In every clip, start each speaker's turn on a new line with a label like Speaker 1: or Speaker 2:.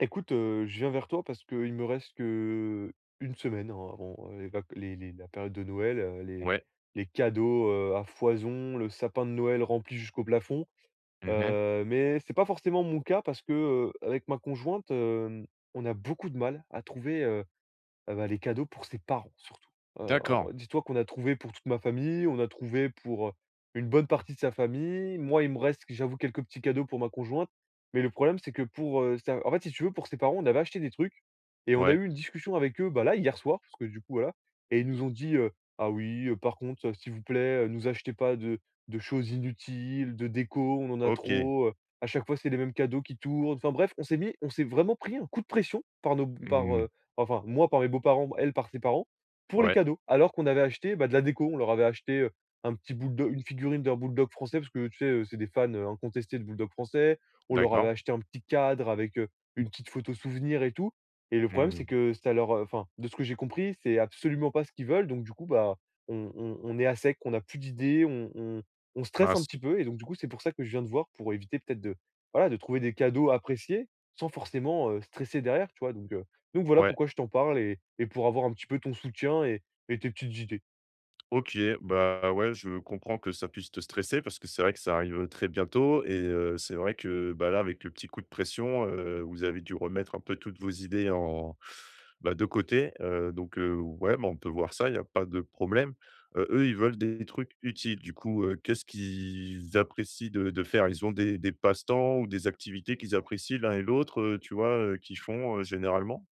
Speaker 1: Écoute, je viens vers toi parce qu'il me reste que une semaine, hein, avant les vac les la période de Noël,
Speaker 2: Ouais.
Speaker 1: les cadeaux, à foison, le sapin de Noël rempli jusqu'au plafond.
Speaker 2: Mmh.
Speaker 1: Mais c'est pas forcément mon cas parce que, avec ma conjointe, on a beaucoup de mal à trouver. Bah, les cadeaux pour ses parents surtout.
Speaker 2: D'accord.
Speaker 1: Alors dis-toi qu'on a trouvé pour toute ma famille, on a trouvé pour, une bonne partie de sa famille. Moi, il me reste, j'avoue, quelques petits cadeaux pour ma conjointe. Mais le problème, c'est que pour, sa en fait, si tu veux, pour ses parents, on avait acheté des trucs et on a
Speaker 2: Ouais.
Speaker 1: eu une discussion avec eux, bah, là, hier soir, parce que du coup, voilà et ils nous ont dit: «Ah oui, par contre, s'il vous plaît, nous achetez pas de choses inutiles, de déco, on en a
Speaker 2: OK.
Speaker 1: trop, à chaque fois, c'est les mêmes cadeaux qui tournent». Enfin bref, on s'est vraiment pris un coup de pression par nos
Speaker 2: Mmh.
Speaker 1: enfin moi par mes beaux-parents, elle par ses parents, pour les
Speaker 2: Ouais.
Speaker 1: cadeaux. Alors qu'on avait acheté, bah, de la déco, on leur avait acheté, un petit bulldog, une figurine d'un bulldog français parce que tu sais, c'est des fans, incontestés de bulldog français. On leur avait
Speaker 2: D'accord.
Speaker 1: acheté un petit cadre avec, une petite photo souvenir et tout et le problème c'est
Speaker 2: Mmh.
Speaker 1: que enfin de ce que j'ai compris, c'est absolument pas ce qu'ils veulent donc du coup, bah, on est à sec, on a plus d'idées, on stresse un
Speaker 2: Mince.
Speaker 1: petit peu et donc du coup, c'est pour ça que je viens de voir pour éviter peut-être de voilà, de trouver des cadeaux appréciés sans forcément, stresser derrière, tu vois? Donc voilà
Speaker 2: Ouais.
Speaker 1: pourquoi je t'en parle et pour avoir un petit peu ton soutien et tes petites idées.
Speaker 2: OK, bah, ouais, je comprends que ça puisse te stresser parce que c'est vrai que ça arrive très bientôt et c'est vrai que, bah, là, avec le petit coup de pression, vous avez dû remettre un peu toutes vos idées en bah, de côté, donc ouais, bah, on peut voir ça, il y a pas de problème. Eux, ils veulent des trucs utiles. Du coup, qu'est-ce qu'ils apprécient de faire? Ils ont des passe-temps ou des activités qu'ils apprécient l'un et l'autre, tu vois, qu'ils font, généralement?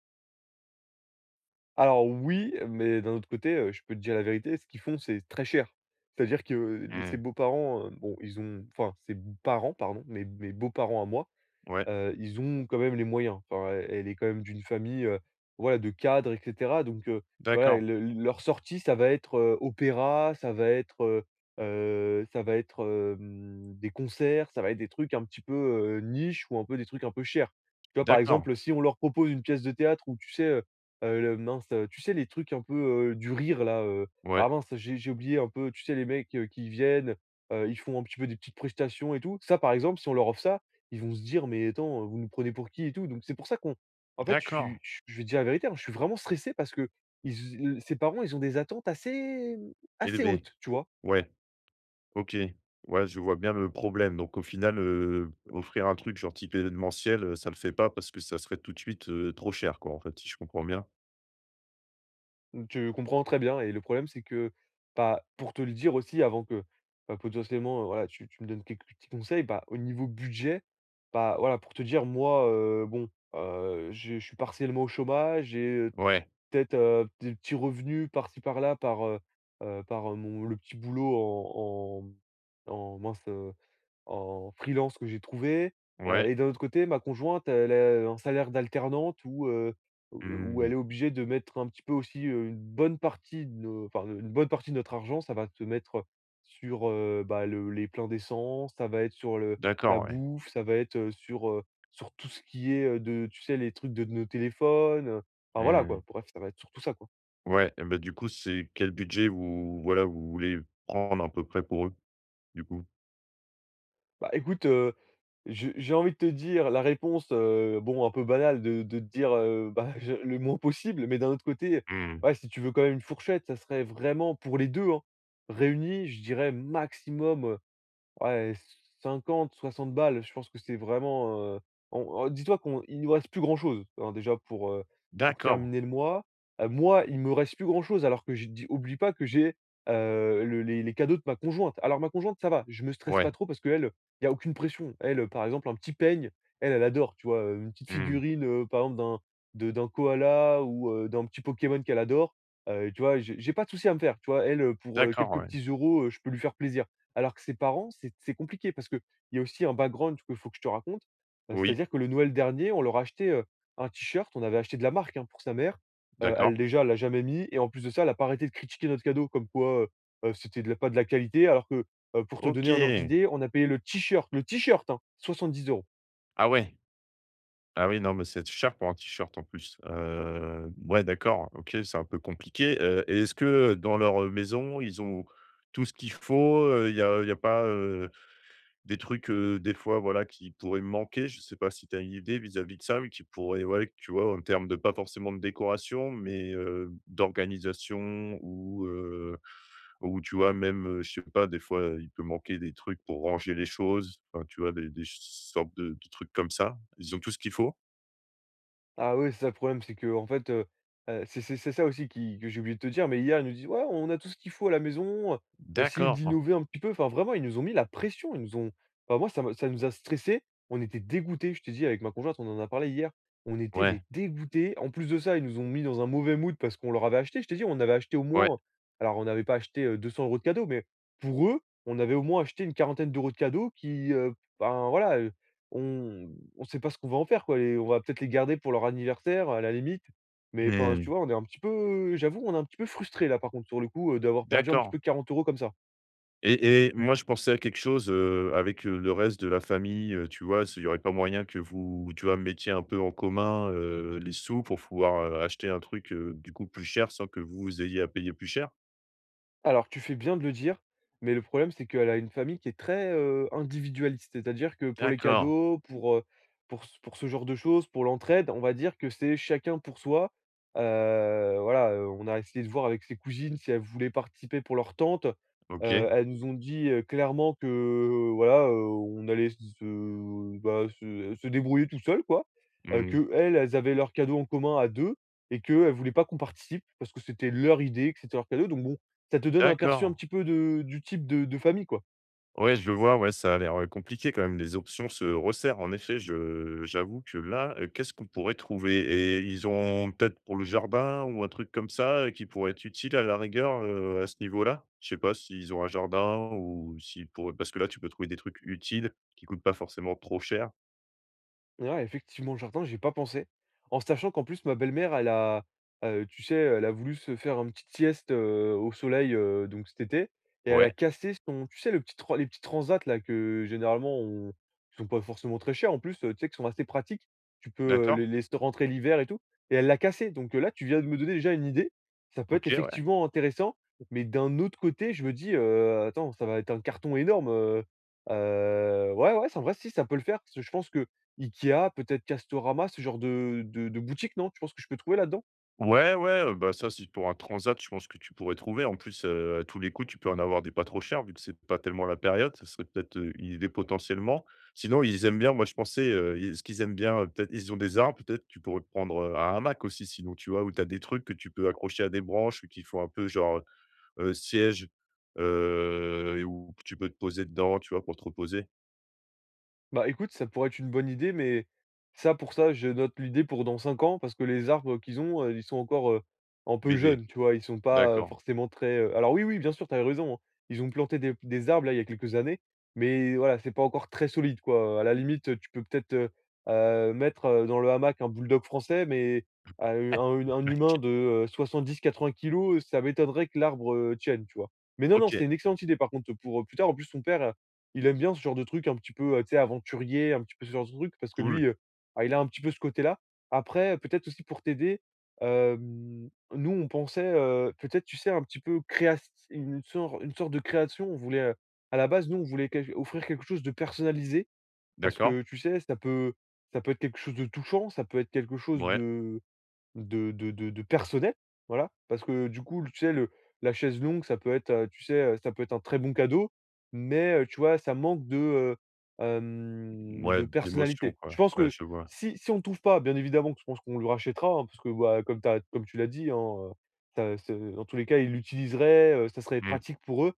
Speaker 1: Alors oui, mais d'un autre côté, je peux te dire la vérité, ce qu'ils font, c'est très cher. C'est-à-dire que les ses
Speaker 2: Mmh.
Speaker 1: beaux-parents, bon, ils ont enfin ses parents, pardon, mes beaux-parents à moi.
Speaker 2: Ouais.
Speaker 1: Ils ont quand même les moyens. Enfin, elle est quand même d'une famille, voilà, de cadres et cetera. Donc, voilà,
Speaker 2: D'accord,
Speaker 1: leur sortie, ça va être, opéra, ça va être, des concerts, ça va être des trucs un petit peu, niche ou un peu des trucs un peu chers. Tu vois? Par
Speaker 2: d'accord.
Speaker 1: exemple, si on leur propose une pièce de théâtre où tu sais, le mince, tu sais les trucs un peu, du rire là,
Speaker 2: Ouais,
Speaker 1: ah mince, j'ai oublié un peu, tu sais les mecs, qui viennent, ils font un petit peu des petites prestations et tout. Ça, par exemple, si on leur offre ça, ils vont se dire: «Mais attends, vous nous prenez pour qui?» et tout. Donc c'est pour ça qu'on en fait, je
Speaker 2: d'accord.
Speaker 1: suis je vais te dire la vérité, hein, je suis vraiment stressé parce que ils ses parents, ils ont des attentes assez, assez
Speaker 2: Et
Speaker 1: hautes, tu vois?
Speaker 2: ouais, OK. Ouais, je vois bien le problème. Donc au final, offrir un truc genre type événementiel, ça le fait pas parce que ça serait tout de suite, trop cher quoi, en fait, si je comprends bien?
Speaker 1: Tu comprends très bien et le problème, c'est que, bah, pour te le dire aussi avant que, bah, potentiellement, voilà, tu me donnes quelques petits conseils, bah, au niveau budget, bah, voilà, pour te dire, moi, bon, je suis partiellement au chômage, j'ai, euh,
Speaker 2: Ouais,
Speaker 1: Peut-être, des petits revenus par-ci par-là par, par, mon le petit boulot en en mince, en freelance que j'ai trouvé,
Speaker 2: ouais,
Speaker 1: et d'un autre côté, ma conjointe, elle a un salaire d'alternante où, où elle
Speaker 2: mmh,
Speaker 1: est obligée de mettre un petit peu aussi, une bonne partie de notre argent, ça va se mettre sur, bah, le les pleins d'essence, ça va être sur le la
Speaker 2: d'accord, ouais,
Speaker 1: bouffe, ça va être, sur, sur tout ce qui est, de tu sais, les trucs de nos téléphones, enfin voilà quoi.
Speaker 2: mmh,
Speaker 1: Bref, ça va être sur tout ça quoi.
Speaker 2: ouais et ben du coup, c'est quel budget vous voilà, vous voulez prendre à peu près pour eux, du coup?
Speaker 1: Bah, écoute, je j'ai envie de te dire la réponse, bon, un peu banale de te dire, bah, je le moins possible, mais d'un autre côté,
Speaker 2: Mmh,
Speaker 1: ouais, si tu veux quand même une fourchette, ça serait vraiment pour les 2 hein, réunis, je dirais maximum, ouais, 50-60 balles, je pense que c'est vraiment, on dis-toi qu'on il nous reste plus grand-chose, hein, déjà pour
Speaker 2: d'accord,
Speaker 1: terminer le mois. Moi, il me reste plus grand-chose alors que j'ai dis oublie pas que j'ai, le les cadeaux de ma conjointe. Alors ma conjointe, ça va, je me stresse pas
Speaker 2: ouais,
Speaker 1: trop parce qu'elle, il y a aucune pression. Elle, par exemple, un petit peigne, elle adore, tu vois? Une petite
Speaker 2: mmh,
Speaker 1: figurine, par exemple d'un koala ou, d'un petit Pokémon qu'elle adore. Tu vois? J'ai pas de souci à me faire, tu vois? Elle, pour,
Speaker 2: d'accord,
Speaker 1: quelques
Speaker 2: ouais.
Speaker 1: petits euros, je peux lui faire plaisir. Alors que ses parents, c'est compliqué parce qu'il y a aussi un background qu'il faut que je te raconte.
Speaker 2: Oui,
Speaker 1: C'est-à-dire que le Noël dernier, on leur a acheté, un t-shirt, on avait acheté de la marque, hein, pour sa mère. Elle
Speaker 2: d'accord.
Speaker 1: déjà, elle l'a jamais mis et en plus de ça, elle a pas arrêté de critiquer notre cadeau comme quoi, c'était de la pas de la qualité alors que, pour te donner un ordre
Speaker 2: OK.
Speaker 1: d'idée, on a payé le t-shirt, hein, 70 euros.
Speaker 2: Ah ouais. Ah oui, non, mais c'est cher pour un t-shirt en plus. Ouais, d'accord, OK, c'est un peu compliqué, et est-ce que dans leur maison, ils ont tout ce qu'il faut? Il y a pas, des trucs, des fois, voilà, qui pourraient me manquer? Je ne sais pas si tu as une idée vis-à-vis de ça, mais qui pourrait, ouais, tu vois, en termes de pas forcément de décoration, mais, d'organisation ou tu vois, même, je sais pas, des fois, il peut manquer des trucs pour ranger les choses, enfin, tu vois, des sortes de trucs comme ça. Ils ont tout ce qu'il faut?
Speaker 1: Ah oui, c'est ça le problème, c'est que en fait, c'est ça aussi qui que j'ai oublié de te dire, mais hier, ils nous disent: «Ouais, on a tout ce qu'il faut à la maison, essayez
Speaker 2: D'accord.
Speaker 1: d'innover un petit peu». Enfin, vraiment, ils nous ont mis la pression, ils nous ont enfin, moi, ça nous a stressés, on était dégoûtés. Je t'ai dit, avec ma conjointe, on en a parlé hier, on était, mais
Speaker 2: Ouais,
Speaker 1: dégoûtés. En plus de ça, ils nous ont mis dans un mauvais mood parce qu'on leur avait acheté. Je t'ai dit, on avait acheté au
Speaker 2: ouais.
Speaker 1: moins alors on n'avait pas acheté, 200 € de cadeaux, mais pour eux, on avait au moins acheté une quarantaine d'euros de cadeaux qui, ben, voilà, on on sait pas ce qu'on va en faire, quoi. Les on va peut-être les garder pour leur anniversaire, à la limite. Mais enfin, tu
Speaker 2: Mmh.
Speaker 1: vois, on est un petit peu frustré là, par contre, sur le coup, d'avoir perdu un petit peu
Speaker 2: D'accord
Speaker 1: 40 € comme ça.
Speaker 2: et moi, je pensais à quelque chose, avec, le reste de la famille, tu vois? Il n'y aurait pas moyen que vous, tu vois, mettiez un peu en commun, les sous pour pouvoir, acheter un truc, du coup plus cher sans que vous ayez à payer plus cher?
Speaker 1: Alors, tu fais bien de le dire, mais le problème, c'est qu'elle a une famille qui est très, individualiste. C'est-à-dire que pour les
Speaker 2: D'accord,
Speaker 1: cadeaux, pour, pour ce genre de choses, pour l'entraide, on va dire que c'est chacun pour soi. Voilà, on a essayé de voir avec ses cousines si elles voulaient participer pour leur tante.
Speaker 2: OK.
Speaker 1: Elles nous ont dit, clairement que voilà, on allait se se bah, se se débrouiller tout seul, quoi,
Speaker 2: Mmh.
Speaker 1: qu'elles, elles avaient leurs cadeaux en commun à 2 et qu'elles ne voulaient pas qu'on participe parce que c'était leur idée, que c'était leur cadeau. Donc bon, ça te donne un aperçu un
Speaker 2: D'accord.
Speaker 1: petit peu de du type de famille, quoi.
Speaker 2: Ouais, je le vois, ouais, ça a l'air, compliqué quand même. Les options se resserrent en effet, je j'avoue que là, qu'est-ce qu'on pourrait trouver? Et ils ont peut-être pour le jardin ou un truc comme ça, qui pourrait être utile à la rigueur, à ce niveau-là? Je sais pas s'ils ont un jardin ou s'ils pourraient parce que là, tu peux trouver des trucs utiles qui coûtent pas forcément trop cher.
Speaker 1: Ouais, ouais, effectivement, le jardin, j'y ai pas pensé. En sachant qu'en plus, ma belle-mère, tu sais, elle a voulu se faire une petite sieste, au soleil, donc cet été et elle a
Speaker 2: Ouais,
Speaker 1: cassé son tu sais, le petit tran les petits transats là que généralement on qui sont pas forcément très chers en plus, tu sais, qui sont assez pratiques. Tu peux,
Speaker 2: d'accord,
Speaker 1: les laisser rentrer l'hiver et tout et elle l'a cassé donc là, tu viens de me donner déjà une idée. Ça peut être
Speaker 2: OK, ouais.
Speaker 1: effectivement intéressant, mais d'un autre côté, je me dis: «Attends, ça va être un carton énorme», ouais, ouais, c'est en vrai, si, ça peut le faire parce que je pense que, IKEA, peut-être Castorama, ce genre de boutiques, non? Tu penses que je peux trouver là-dedans?
Speaker 2: Ouais, ouais, bah, ça, c'est pour un transat, je pense que tu pourrais trouver. En plus, à tous les coups, tu peux en avoir des pas trop chers vu que c'est pas tellement la période. Ça serait peut-être, une idée potentiellement. Sinon, ils aiment bien moi, je pensais, ils ce qu'ils aiment bien, peut-être ils ont des arbres, peut-être tu pourrais prendre, un hamac aussi sinon, tu vois? Où tu as des trucs que tu peux accrocher à des branches ou qui font un peu genre, siège, et où tu peux te poser dedans, tu vois, pour te reposer?
Speaker 1: Bah, écoute, ça pourrait être une bonne idée, mais pour ça, je note l'idée pour dans 5 ans, parce que les arbres qu'ils ont, ils sont encore, un peu
Speaker 2: Bébé,
Speaker 1: jeunes, tu vois? Ils sont pas,
Speaker 2: d'accord.
Speaker 1: forcément très, alors oui, oui, bien sûr, tu as raison, hein. Ils ont planté des arbres, là, il y a quelques années, mais voilà, c'est pas encore très solide, quoi. À la limite, tu peux peut-être, mettre, dans le hamac un bulldog français, mais à
Speaker 2: OK,
Speaker 1: un humain de, 70-80 kilos, ça m'étonnerait que l'arbre, tienne, tu vois? Mais non, non,
Speaker 2: OK,
Speaker 1: c'est une excellente idée, par contre, pour, plus tard. En plus, son père il aime bien ce genre de truc un petit peu, tu sais, aventurier, un petit peu ce genre de truc parce que
Speaker 2: cool,
Speaker 1: lui, bah, il a un petit peu ce côté-là. Après, peut-être aussi pour t'aider, hem, nous on pensait, peut-être, tu sais, un petit peu créas une sorte de création. On voulait, à la base, nous, on voulait quel offrir quelque chose de personnalisé parce
Speaker 2: d'accord.
Speaker 1: que, tu sais, ça peut être quelque chose de touchant, ça peut être quelque chose
Speaker 2: Ouais,
Speaker 1: de personnel, voilà, parce que du coup, tu sais, le la chaise longue, ça peut être, tu sais, ça peut être un très bon cadeau, mais tu vois, ça manque de, de
Speaker 2: ouais, d'émotion,
Speaker 1: personnalité. Je
Speaker 2: quoi.
Speaker 1: pense
Speaker 2: Ouais,
Speaker 1: que
Speaker 2: je vois.
Speaker 1: si on ne trouve pas, bien évidemment que je pense qu'on le rachètera, hein, parce que, bah, comme tu l'as dit, hein, heu, ça ce dans tous les cas, ils l'utiliseraient, ça serait
Speaker 2: Mmh.
Speaker 1: pratique pour eux.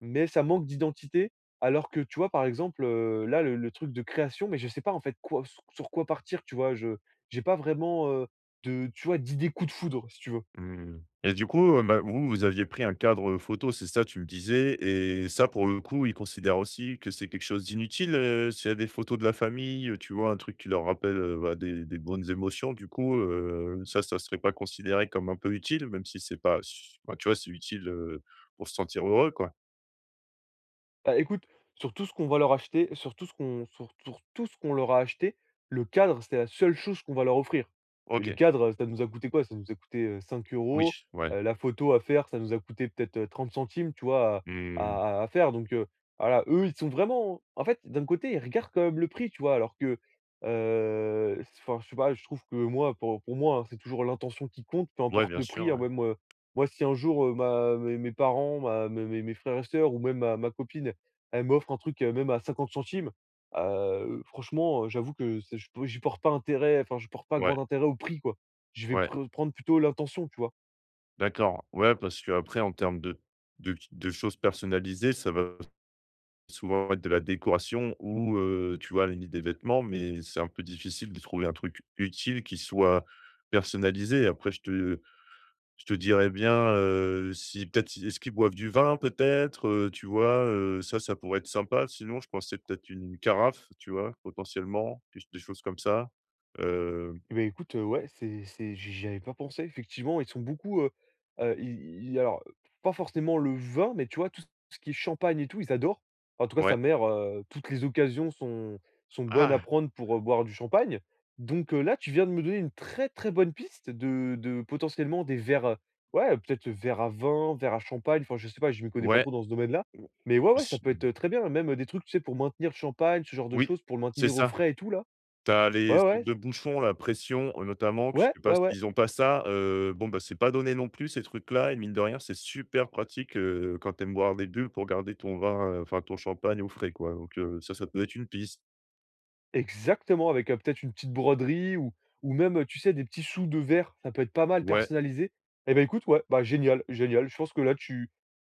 Speaker 1: Mais ça manque d'identité, alors que tu vois, par exemple, là, le truc de création, mais je sais pas en fait quoi sur quoi partir, tu vois? Je j'ai pas vraiment, de tu vois, d'idée coup de foudre, si tu veux.
Speaker 2: Mmh. Et du coup, bah, vous, vous aviez pris un cadre, photo, c'est ça, tu me disais et ça, pour le coup, ils considèrent aussi que c'est quelque chose d'inutile, s'il y a des photos de la famille, tu vois, un truc qui leur rappelle, bah, des bonnes émotions, du coup, ça, ça serait pas considéré comme un peu utile, même si c'est pas su bah, tu vois, c'est utile, pour se sentir heureux, quoi?
Speaker 1: Bah, écoute, sur tout ce qu'on va leur acheter, sur tout ce qu'on leur a acheté, le cadre, c'est la seule chose qu'on va leur offrir. Mais le
Speaker 2: OK,
Speaker 1: cadre, ça nous a coûté quoi? Ça nous a coûté,
Speaker 2: oui,
Speaker 1: 5 €,
Speaker 2: ouais.
Speaker 1: la photo à faire, ça nous a coûté peut-être, 30 centimes, tu vois,
Speaker 2: Mmh.
Speaker 1: à faire donc voilà, eux, ils sont vraiment en fait, d'un côté, ils regardent quand même le prix, tu vois? Alors que, s enfin, je sais pas, je trouve que moi, pour moi, hein, c'est toujours l'intention qui compte, peu
Speaker 2: Ouais,
Speaker 1: importe
Speaker 2: bien
Speaker 1: le prix,
Speaker 2: sûr,
Speaker 1: hein,
Speaker 2: ouais.
Speaker 1: même, moi, si un jour, ma mes parents, ma mes frères et sœurs ou même ma copine, elle m'offre un truc, même à 50 centimes, franchement, j'avoue que c'est je j'y porte pas intérêt, enfin, je porte pas
Speaker 2: Ouais,
Speaker 1: grand intérêt au prix, quoi. Je vais
Speaker 2: ouais.
Speaker 1: prendre plutôt l'intention, tu vois?
Speaker 2: D'accord. Ouais, parce que après, en termes de de choses personnalisées, ça va souvent mettre de la décoration ou, tu vois, à la limite des vêtements, mais c'est un peu difficile de trouver un truc utile qui soit personnalisé. Après je te dirais bien, si peut-être si est-ce qu'ils boivent du vin peut-être, tu vois? Ça, ça pourrait être sympa. Sinon je pensais peut-être une carafe, tu vois? Potentiellement, des ch des choses comme ça. Heu,
Speaker 1: Eh beh, écoute, ouais, c'est j'y avais pas pensé. Effectivement, ils sont beaucoup, ils alors, pas forcément le vin, mais tu vois, tout ce qui est champagne et tout, ils adorent. En tout cas, sa
Speaker 2: ouais.
Speaker 1: mère, toutes les occasions sont bonnes à
Speaker 2: Ah!
Speaker 1: prendre pour, boire du champagne. Donc, là, tu viens de me donner une très, très bonne piste de potentiellement des verres, ouais, peut-être verre à vin, verre à champagne, enfin, je sais pas, je m'y connais pas
Speaker 2: Ouais,
Speaker 1: trop dans ce domaine-là.
Speaker 2: ou
Speaker 1: Mais ouais, ouais, ça
Speaker 2: aussi.
Speaker 1: peut être, très bien, même, des trucs, tu sais, pour maintenir le champagne, ce genre de
Speaker 2: Oui,
Speaker 1: choses, pour le
Speaker 2: c'est
Speaker 1: maintenir au
Speaker 2: ça.
Speaker 1: frais et tout là.
Speaker 2: Tu as les
Speaker 1: Ouais,
Speaker 2: sortes
Speaker 1: ouais,
Speaker 2: de bouchons, la pression, notamment, que je
Speaker 1: ouais,
Speaker 2: sais pas
Speaker 1: ouais, ouais.
Speaker 2: s'ils ont pas ça, bon, bah, c'est pas donné non plus ces trucs-là et mine de rien, c'est super pratique, quand tu aimes boire des bulles pour garder ton vin, enfin ton champagne au frais, quoi. Donc ça, ça peut être une piste.
Speaker 1: Exactement, avec, peut-être une petite broderie ou même, tu sais, des petits sous de verre, ça peut être pas mal
Speaker 2: Ouais,
Speaker 1: personnalisé. Et ben écoute, ouais, bah, génial, génial. Je pense que là, tu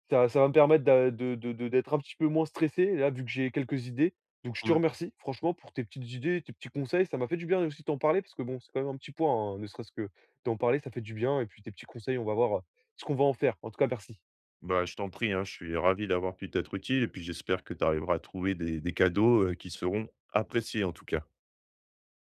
Speaker 1: ça va me permettre d'a de d'être un petit peu moins stressé, là, vu que j'ai quelques idées. Donc je te
Speaker 2: cool.
Speaker 1: remercie, franchement, pour tes petites idées, tes petits conseils. Ça m'a fait du bien aussi de t'en parler, parce que bon, c'est quand même un petit point, hein, ne serait-ce que d'en parler, ça fait du bien et puis tes petits conseils, on va voir, ce qu'on va en faire. En tout cas, merci.
Speaker 2: Bah, je t'en prie, hein, je suis ravi d'avoir pu t'être utile et puis j'espère que tu arriveras à trouver des cadeaux, qui seront appréciés en tout cas.